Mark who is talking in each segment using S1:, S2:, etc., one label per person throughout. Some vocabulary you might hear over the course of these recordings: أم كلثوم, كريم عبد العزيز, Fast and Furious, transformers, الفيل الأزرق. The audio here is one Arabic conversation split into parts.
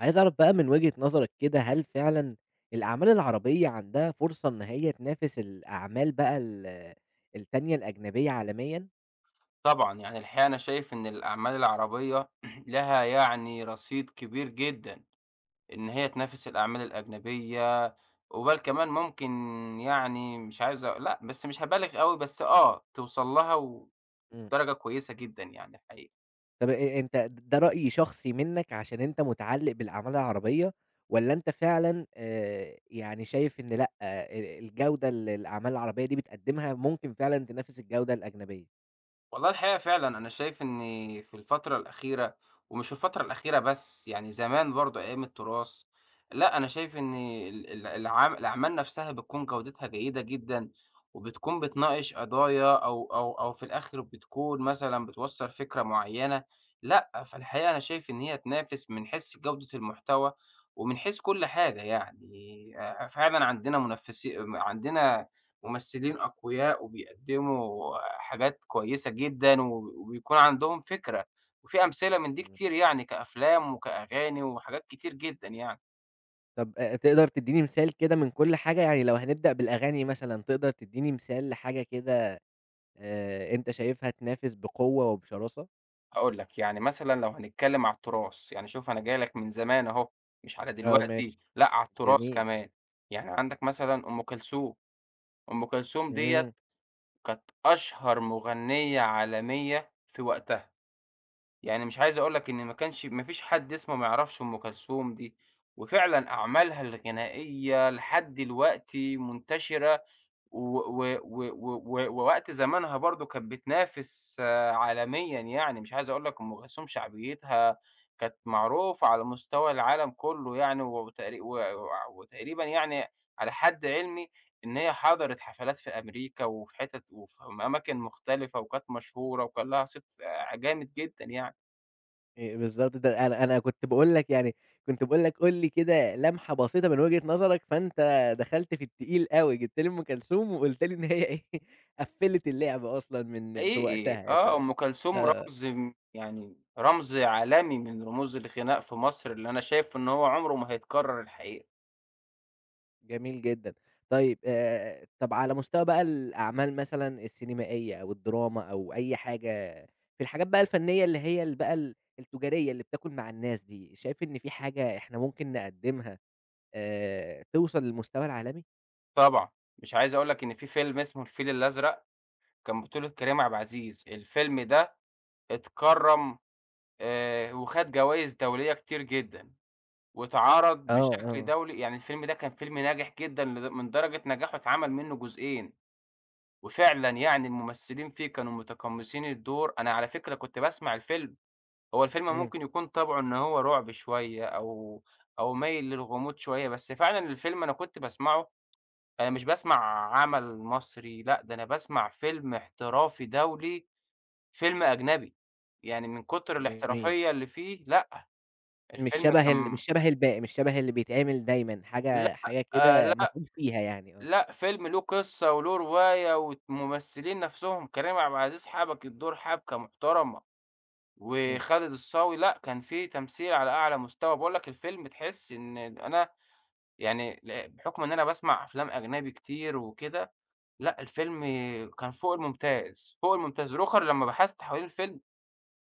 S1: عايز أعرف بقى من وجهة نظرك كده، هل فعلًا الأعمال العربية عندها فرصة إن هي تنافس الأعمال بقى التانية الأجنبية عالميًا؟
S2: طبعًا، يعني الحقيقة أنا شايف إن الأعمال العربية لها يعني رصيد كبير جدًا، إن هي تنافس الأعمال الأجنبية، وبل كمان ممكن يعني مش عايز لأ، بس مش هابالغ أوي، بس توصل لها
S1: إمم.
S2: بدرجة كويسة جدًا يعني الحقيقة.
S1: طب أنت ده رأي شخصي منّك عشان أنت مُتعلِّق بالأعمال العربية والّا أنت فعلًا يعني شايف إن لأ، الجودة اللي الأعمال العربية دي بتقدّمها ممكن فعلًا تنافس الجودة الأجنبية؟
S2: والله الحقيقة فعلًا أنا شايف إن في الفترة الأخيرة، ومش في الفترة الأخيرة بس، يعني زمان برضه أيام التراث، لأ أنا شايف إن ال ال العم الأعمال نفسها بتكون جودتها جيدة جدًا، وبتكون بتناقش قضايا أو في الآخر بتكون مثلًا بتوصّل فكرة معيّنة، لأ فالحقيقة أنا شايف إن هي تنافس من حيث جودة المحتوى، ومن حيث كل حاجة يعني فعلًا عندنا منافسي م عندنا ممثلين أقوياء وبيقدّموا حاجات كويسة جدًا وبيكون عندهم فكرة، وفي أمثلة من دي
S1: إمم.
S2: كتير يعني كأفلام وكأغاني وحاجات كتير جدًا يعني.
S1: طب تقدر تدّيني مثال كده من كل حاجة؟ يعني لو هنبدأ بالأغاني مثلًا، تقدر تدّيني مثال لحاجة كده أنت شايفها تنافس بقوة وبشراسة؟
S2: هاقول لك، يعني مثلًا لو هنتكلّم على التراث، يعني شوف أنا جاي لك من زمان أهو، مش على
S1: آه
S2: دلوقتي،
S1: ماشي،
S2: لأ على التراث
S1: جميل،
S2: كمان. يعني عندك مثلًا أم كلثوم، أم كلثوم ديّة
S1: إمم،
S2: كانت أشهر مغنية عالمية في وقتها. يعني مش عايز أقول لك إن ما كانش ما فيش حد اسمه ما يعرفش أم كلثوم دي، وفعلًا أعمالها الغنائية لحد دلوقتي منتشرة و و و و و ووقت زمانها برضه كانت بتنافس عالميًا يعني، مش عايز أقول لك أم كلثوم شعبيتها كانت معروفة على مستوى العالم كله يعني وتقريبًا يعني على حد علمي إن هي حضرت حفلات في أمريكا وفي حتت وفي أماكن مختلفة وكانت مشهورة وكان لها صيت جامد جدًا يعني.
S1: بالضبط ده أنا كنت باقول لك يعني كنت باقول لك قُل لي كده لمحة بسيطة من وجهة نظرك، فأنت دخلت في التقيل أوي، جِبت لي أم كلثوم وقُلت لي إن هي إيه قفّلت اللعبة أصلًا من في
S2: حقيقي
S1: وقتها
S2: أم كلثوم
S1: آه.
S2: رمز م يعني رمز عالمي من رموز الغناء في مصر، اللي أنا شايف إن هو عمره ما هيتكرر الحقيقة.
S1: جميل جدًا. طيب طَب على مستوى بقى الأعمال مثلًا السينمائية أو الدراما أو أي حاجة، في الحاجات بقى الفنية اللي هي ال بقى ال التجارية اللي بتاكل مع الناس دي، شايف إن في حاجة إحنا ممكن نقدّمها توصل للمستوى العالمي؟
S2: طبعًا، مش عايز أقول لك إن في فيلم اسمه الفيل الأزرق كان بطولة كريم عبد العزيز، الفيلم ده اتكرّم وخد جوايز دولية كتير جدًا، واتعرض
S1: آه،
S2: بشكل
S1: آه.
S2: دولي يعني الفيلم ده كان فيلم ناجح جدًا، من درجة نجاحه اتعمل منه جزئين، وفعلًا يعني الممثلين فيه كانوا متقمصين الدور. أنا على فكرة كنت باسمع الفيلم، هو الفيلم
S1: إمم،
S2: ممكن يكون طابعه إن هو رعب شوية أو مايل للغموض شوية، بس فعلًا الفيلم أنا كنت باسمعه أنا مش باسمع عمل مصري، لأ ده أنا باسمع فيلم احترافي دولي، فيلم أجنبي، يعني من كتر
S1: جميل.
S2: الاحترافية اللي فيه. لأ، الفيلم كان،
S1: مش شبه الباقي، مش شبه اللي بيتعمل دايمًا، حاجة
S2: لأ،
S1: حاجة كده
S2: لأ،
S1: متعوب فيها يعني، آه.
S2: لأ، فيلم له قصة وله رواية، والممثلين نفسهم كريم عبد العزيز حبك الدور حبكة محترمة،
S1: إمم.
S2: وخالد الصاوي لأ، كان في تمثيل على أعلى مستوى. باقول لك الفيلم تحس إن أنا يعني بحُكم إن أنا باسمع أفلام أجنبي كتير وكده، لأ الفيلم كان فوق الممتاز، فوق الممتاز. رُخَر لمّا بحثت حوالين الفيلم،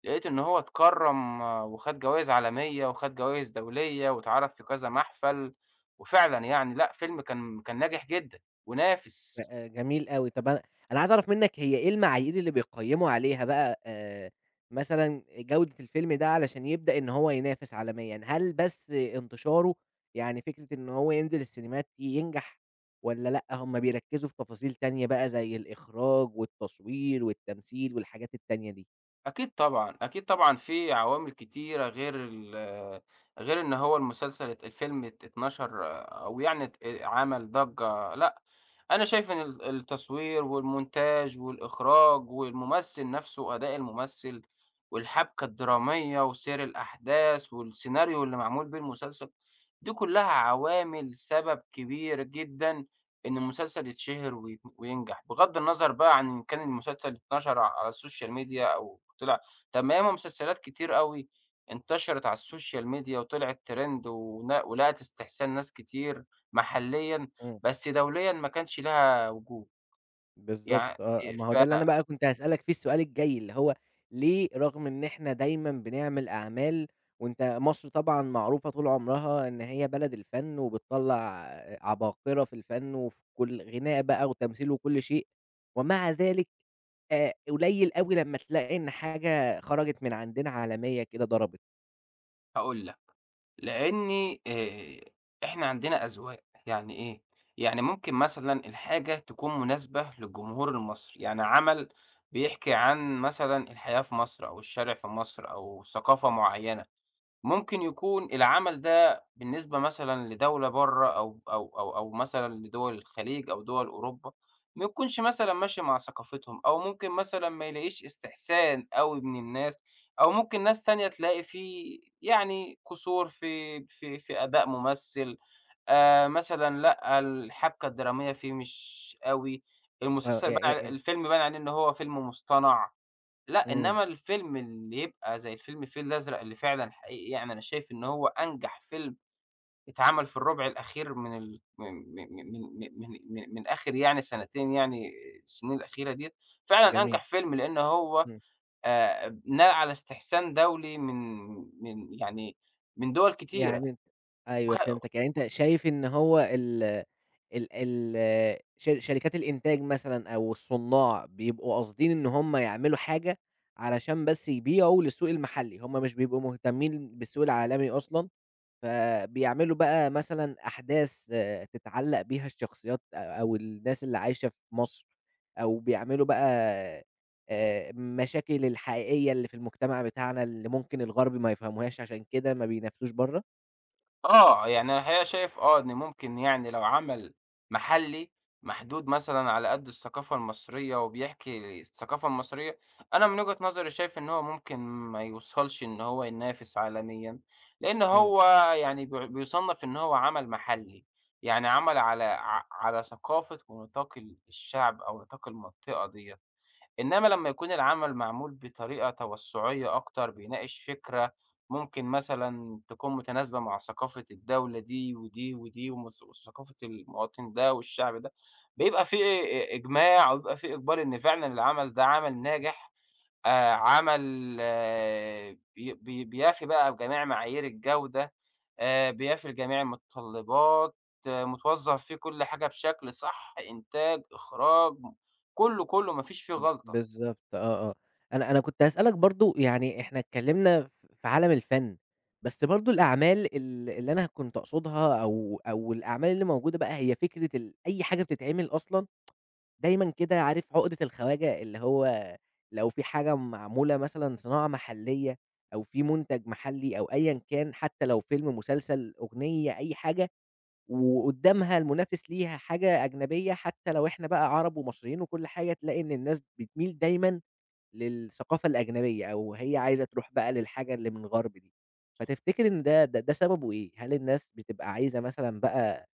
S2: لقيت إن هو اتكرّم وخَد جوايز عالمية وخَد جوايز دولية واتعرض في كذا محفل، وفعلًا يعني لأ فيلم كان ناجح جدًا ونافِس.
S1: جميل أوي، طب أنا عايز أعرف منّك هي إيه المعايير اللي بيقيّموا عليها بقى مثلًا جودة الفيلم ده علشان يبدأ إن هو ينافس عالميًا، هل بس انتشاره، يعني فكرة إن هو ينزل السينمات ينجح والّا لأ هم بيركّزوا في تفاصيل تانية بقى زي الإخراج والتصوير والتمثيل والحاجات التانية دي؟
S2: أكيد طبعًا، أكيد طبعًا في عوامل كتيرة غير ال غير إن هو المسلسل ات الفيلم ات اتنشر أو يعني عمل ضجّة. لأ أنا شايف إن التصوير والمونتاج والإخراج والممثل نفسه، أداء الممثل والحبكة الدرامية وسير الأحداث والسيناريو اللي معمول بيه المسلسل، دي كلّها عوامل سبب كبير جدًا إن المسلسل يتشهر وينجح، بغض النظر بقى عن إن كان المسلسل اتنشر على السوشيال ميديا أو طلع. طب ما ياما مسلسلات كتير أوي انتشرت على السوشيال ميديا وطلعت ترند ولقت استحسان ناس كتير محليًا،
S1: إمم.
S2: بس دوليًا ما كانش ليها وجود.
S1: بالضبط
S2: يع
S1: آه، ما هو ده اللي أنا بقى كنت هاسألك فيه السؤال الجاي، اللي هو ليه رغم إن إحنا دايمًا بنعمل أعمال وأنت مصر طبعًا معروفة طول عمرها إن هي بلد الفن وبتطلّع عباقرة في الفن وفي كل غناء بقى وتمثيل وكل شيء، ومع ذلك قليل أوي لمّا تلاقي إن حاجة خرجت من عندنا عالمية كده ضربت.
S2: فهاقول لك، لإني إحنا عندنا أذواق، يعني إيه، يعني ممكن مثلًا الحاجة تكون مناسبة للجمهور المصري، يعني عمل بيحكي عن مثلًا الحياة في مصر أو الشارع في مصر أو ثقافة معيّنة. ممكن يكون العمل ده بالنسبة مثلًا لدولة برّه أو مثلًا لدول الخليج أو دول أوروبا، ما يكونش مثلًا ماشي مع ثقافتهم أو ممكن مثلًا ما يلاقيش استحسان أوي من الناس، أو ممكن ناس تانية تلاقي في يعني قصور في أداء ممثل، مثلًا لأ، الحبكة الدرامية فيه مش أوي،
S1: آه،
S2: المسلسل
S1: ي
S2: باين ع
S1: ي
S2: الفيلم باين عليه إن هو فيلم مصطنع. لأ،
S1: إمم،
S2: إنما الفيلم اللي يبقى زي الفيلم الفيل الأزرق اللي فعلًا حقيقي، يعني أنا شايف إن هو أنجح فيلم اتعمل في الربع الأخير من ال م م م من آخر يعني سنتين يعني السنين الأخيرة ديّة، فعلًا
S1: جميل،
S2: أنجح فيلم، لإن هو
S1: إمم.
S2: نال على استحسان دولي من، يعني، من دول كتيرة.
S1: يعني أنت أيوه
S2: وخ
S1: فهمتك، يعني أنت شايف إن هو ال ال ال ش شركات الإنتاج مثلًا أو الصُّنّاع بيبقوا قاصدين إن هم يعملوا حاجة علشان بس يبيعوا للسوق المحلي، هم مش بيبقوا مهتمين بالسوق العالمي أصلًا، فبيعملوا بقى مثلًا أحداث آه، تتعلّق بيها الشخصيات أو الناس اللي عايشة في مصر، أو بيعملوا بقى المشاكل الحقيقية اللي في المجتمع بتاعنا اللي ممكن الغرب ما يفهموهاش عشان كده ما بينافسوش برّه؟
S2: يعني أنا الحقيقة شايف إن ممكن يعني لو عمل محلي محدود مثلًا على قد الثقافة المصرية وبيحكي الثقافة المصرية، أنا من وجهة نظري شايف إن هو ممكن ما يوصلش إن هو ينافس عالميًا، لأن
S1: إمم،
S2: هو يعني بيُصنَّف إن هو عمل محلي، يعني عمل على ثقافة ونطاق الشعب أو نطاق المنطقة ديّة. إنما لمّا يكون العمل معمول بطريقة توسُّعية أكتر، بيناقش فكرة ممكن مثلًا تكون متناسبة مع ثقافة الدولة دي ودي ودي وثقافة المواطن ده والشعب ده، بيبقى في إجماع وبيبقى في إقبال إن فعلًا العمل ده عمل ناجح، عمل بي بي بيفي بقى بجميع معايير الجودة، بيفي لجميع المتطلبات، متوظّف فيه كل حاجة بشكل صح، إنتاج، إخراج، كُلّه، كُلّه ما فيش فيه غلطة.
S1: بالضبط آه، آه. أنا كنت هاسألك برضه يعني إحنا اتكلّمنا في عالم الفن، بس برضه الأعمال اللي أنا كنت أقصدها أو الأعمال اللي موجودة بقى هي فكرة ال أي حاجة بتتعمل أصلًا دايمًا كده عارف عقدة الخواجة، اللي هو لو في حاجة معمولة مثلًا صناعة محلية أو في مُنتَج محلي أو أيًا كان، حتى لو فيلم، مسلسل، أغنية، أي حاجة وقدّامها المنافس ليها حاجة أجنبية، حتى لو إحنا بقى عرب ومصريين وكل حاجة، تلاقي إن الناس بتميل دايمًا للثقافة الأجنبية، أو هي عايزة تروح بقى للحاجة اللي من الغرب دي. فتفتكر إن ده سببه إيه؟ هل الناس بتبقى عايزة مثلًا بقى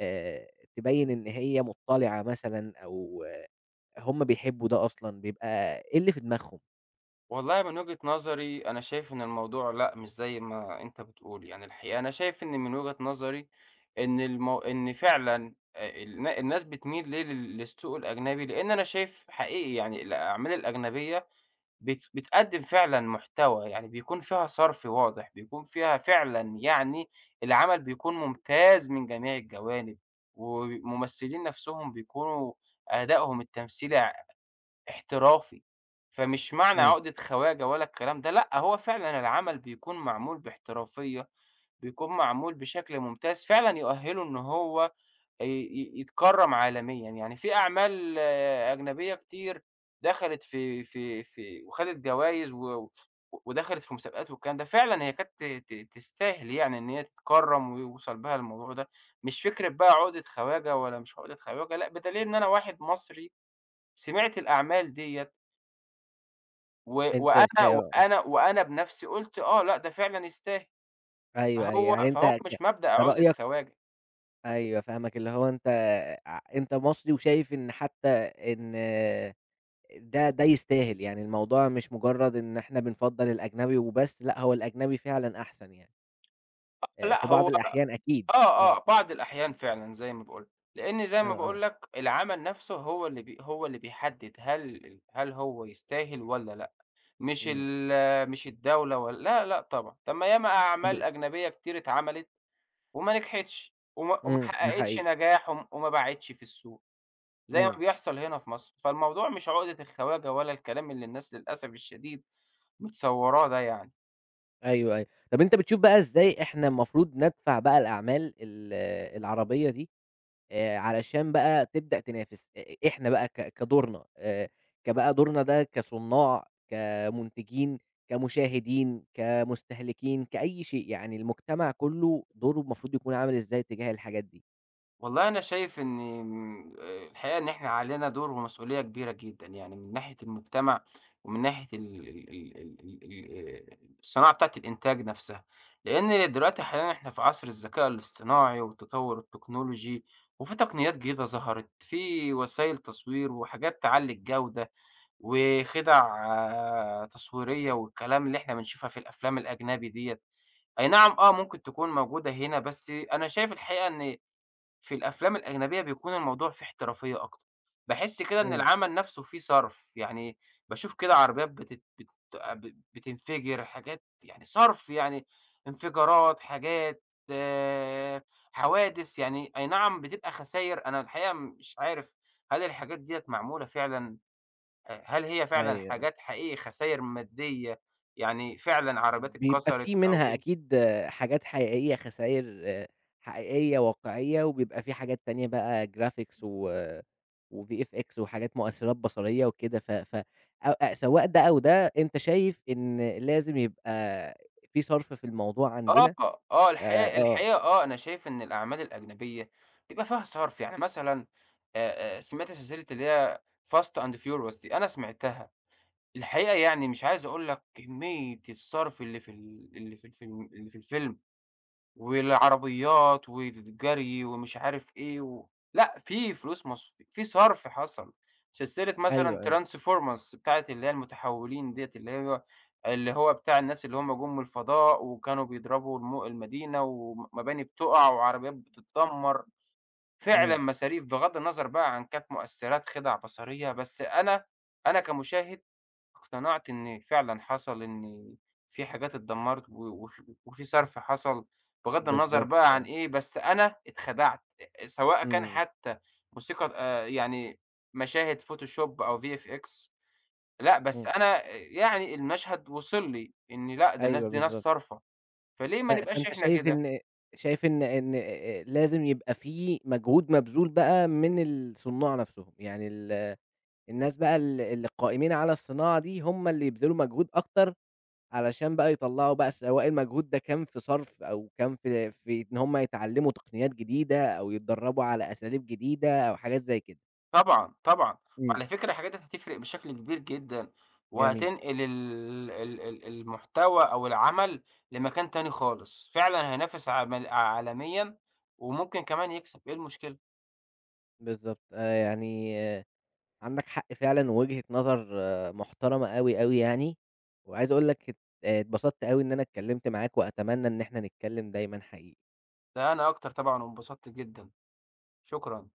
S1: آآ، تبيّن إن هي مُطّلعة مثلًا، أو آه، هُم بيحبوا ده أصلًا، بيبقى إيه اللي في دماغهم؟
S2: والله من وجهة نظري أنا شايف إن الموضوع لأ، مش زي ما أنت بتقول، يعني الحقيقة أنا شايف إن من وجهة نظري إن فعلًا الناس بتميل ليه للسوق الأجنبي، لإن أنا شايف حقيقي يعني الأعمال الأجنبية بتقدّم فعلًا محتوى، يعني بيكون فيها صرف واضح، بيكون فيها فعلًا يعني العمل بيكون ممتاز من جميع الجوانب، وممثلين نَفْسهم بيكونوا أدائهم التمثيلي احترافي. فمش معنى
S1: إمم،
S2: عُقدة خواجة ولا الكلام ده، لأ، هو فعلًا العمل بيكون معمول باحترافية، بيكون معمول بشكل ممتاز، فعلًا يؤهّله إن هو ي ي يتكرّم عالميًا. يعني في أعمال أجنبية كتير دخلت في وخدت جوايز ودخلت في مسابقات والكلام ده، فعلًا هي كانت ت ت تستاهل يعني إن هي تتكرّم ويوصل بها الموضوع ده، مش فكرة بقى عُقدة خواجة ولا مش عُقدة خواجة، لأ، بدليل إن أنا واحد مصري سمعت الأعمال ديّة
S1: أنت شا آه، آه،
S2: وأنا بنفسي قُلت لأ ده فعلًا يستاهل،
S1: أيوه، أيوه،
S2: فهو
S1: يعني أنت
S2: فهو
S1: ك
S2: مش مبدأ عقدة
S1: كرأيك
S2: خواجة.
S1: أيوه فاهمك، اللي هو أنت أنت مصري وشايف إن حتى إن ده يستاهل، يعني الموضوع مش مجرد إن إحنا بنفضّل الأجنبي وبس، لأ هو الأجنبي فعلًا أحسن يعني،
S2: لأ
S1: في بعض
S2: هو
S1: الأحيان أكيد، آه،
S2: بعض الأحيان فعلًا زي ما باقول لك، لإن زي
S1: آه،
S2: ما
S1: آه،
S2: باقول لك العمل نفسه هو اللي بيحدد هل هو يستاهل والّا لأ،
S1: إمم،
S2: مش الدولة ولا لا، لأ طبعًا، طب ما ياما
S1: طب
S2: أعمال أجنبية كتير اتعملت وما نجحتش وما
S1: إمم، ده
S2: حققتش
S1: حقيقي،
S2: نجاح وما باعتش في السوق. زي ما
S1: إمم،
S2: بيحصل هنا في مصر، فالموضوع مش عقدة الخواجة ولا الكلام اللي الناس للأسف الشديد متصوراه ده يعني.
S1: أيوه، أيوه، طب أنت بتشوف بقى إزاي إحنا المفروض ندفع بقى الأعمال العربية دي علشان بقى تبدأ تنافس، إ إ إحنا بقى ك كدورنا كبقى دورنا ده كصُنّاع، كمنتجين، كمشاهدين، كمستهلكين، كأي شيء، يعني المجتمع كُلّه دوره المفروض يكون عامل إزاي تجاه الحاجات دي.
S2: والله أنا شايف إن آمم، الحقيقة إن إحنا علينا دور ومسؤولية كبيرة جدًا، يعني من ناحية المجتمع ومن ناحية ال ال ال ال ال الصناعة بتاعة الإنتاج نفسها، لأن دلوقتي حاليًا إحنا في عصر الذكاء الاصطناعي والتطور التكنولوجي، وفي تقنيات جديدة ظهرت، في وسائل تصوير وحاجات تعلّي الجودة، وخدع تصويرية والكلام اللي إحنا بنشوفها في الأفلام الأجنبي ديّة، أي نعم ممكن تكون موجودة هنا، بس أنا شايف الحقيقة إن في الأفلام الأجنبية بيكون الموضوع فيه احترافية أكتر، باحس كده إن
S1: إمم.
S2: العمل نفسه فيه صرف، يعني باشوف كده عربيات بتت بت بتنفجر حاجات يعني صرف يعني انفجارات، حاجات آآ، حوادث يعني أي نعم بتبقى خساير، أنا الحقيقة مش عارف هل الحاجات ديّة معمولة فعلًا، هل هي فعلًا
S1: أيوه.
S2: حاجات حقيقي خساير مادية، يعني فعلًا عربيات
S1: بيبقى
S2: اتكسرت
S1: في
S2: أو
S1: منها
S2: كده؟
S1: أكيد آه، حاجات حقيقية، خساير آه، حقيقية واقعية، وبيبقى في حاجات تانية بقى graphics وVFX وحاجات مؤثرات بصرية وكده، ف ف أ أ سواء ده أو ده، أنت شايف إن لازم يبقى في صرف في الموضوع
S2: آه،
S1: عندنا،
S2: الحقيقة
S1: آه،
S2: أنا شايف إن الأعمال الأجنبية بيبقى فيها صرف، يعني مثلًا سمعت سلسلة اللي هي Fast and Furious دي، أنا سمعتها، الحقيقة يعني مش عايز أقول لك كمية الصرف اللي في ال اللي في الفيلم. والعربيات والجري ومش عارف إيه لأ، في فلوس مص في صرف حصل. سلسلة مثلًا
S1: أيوه، أيوه،
S2: transformers بتاعة اللي هي المتحولين ديّة اللي هو بتاع الناس اللي هم جُم من الفضاء وكانوا بيضربوا المدينة ومباني بتُقع وعربيات بتتدمّر، فعلًا
S1: إمم،
S2: مصاريف، بغض النظر بقى عن كانت مؤثرات خِدع بصرية، بس أنا كمشاهد اقتنعت إن فعلًا حصل إن في حاجات اتدمّرت و وف وفي صرف حصل، بغض النظر
S1: بالضبط،
S2: بقى عن
S1: آه،
S2: إيه، بس أنا اتخدعت، سواء كان
S1: إمم،
S2: حتى موسيقى يعني مشاهد Photoshop أو VFX، لأ، بس
S1: إمم،
S2: أنا يعني المشهد وصل لي إن لأ، ده الناس
S1: أيوه
S2: دي ناس
S1: بالضبط،
S2: صارفة، فليه ما نبقاش
S1: فأنت
S2: إحنا
S1: شايف
S2: كده؟
S1: إن لازم يبقى في مجهود مبذول بقى من الصُنّاع نَفْسهم، يعني الناس بقى اللي قائمين على الصناعة دي هم اللي يبذلوا مجهود أكتر، علشان بقى يطلّعوا بقى سواء المجهود ده كان في صرف أو كان في إن هم يتعلّموا تقنيات جديدة أو يتدرّبوا على أساليب جديدة أو حاجات زي كده.
S2: طبعًا، طبعًا.
S1: إمم،
S2: وعلى فكرة الحاجات دي هتفرق بشكل كبير جدًا،
S1: جميل.
S2: وهتنقل ال ال ال المحتوى أو العمل لمكان تاني خالص، فعلًا هينافس عمل عالميًا، وممكن كمان يكسب، إيه المشكلة؟
S1: بالضبط، يعني آه عندك حق فعلًا ووجهة نظر آه محترمة أوي، أوي يعني، وعايز أقول لك آه، اتبسطت أوي إن أنا اتكلّمت معاك وأتمنى إن إحنا نتكلّم دايمًا حقيقي.
S2: ده أنا أكتر طبعًا، وانبسطت جدًا، شكرًا.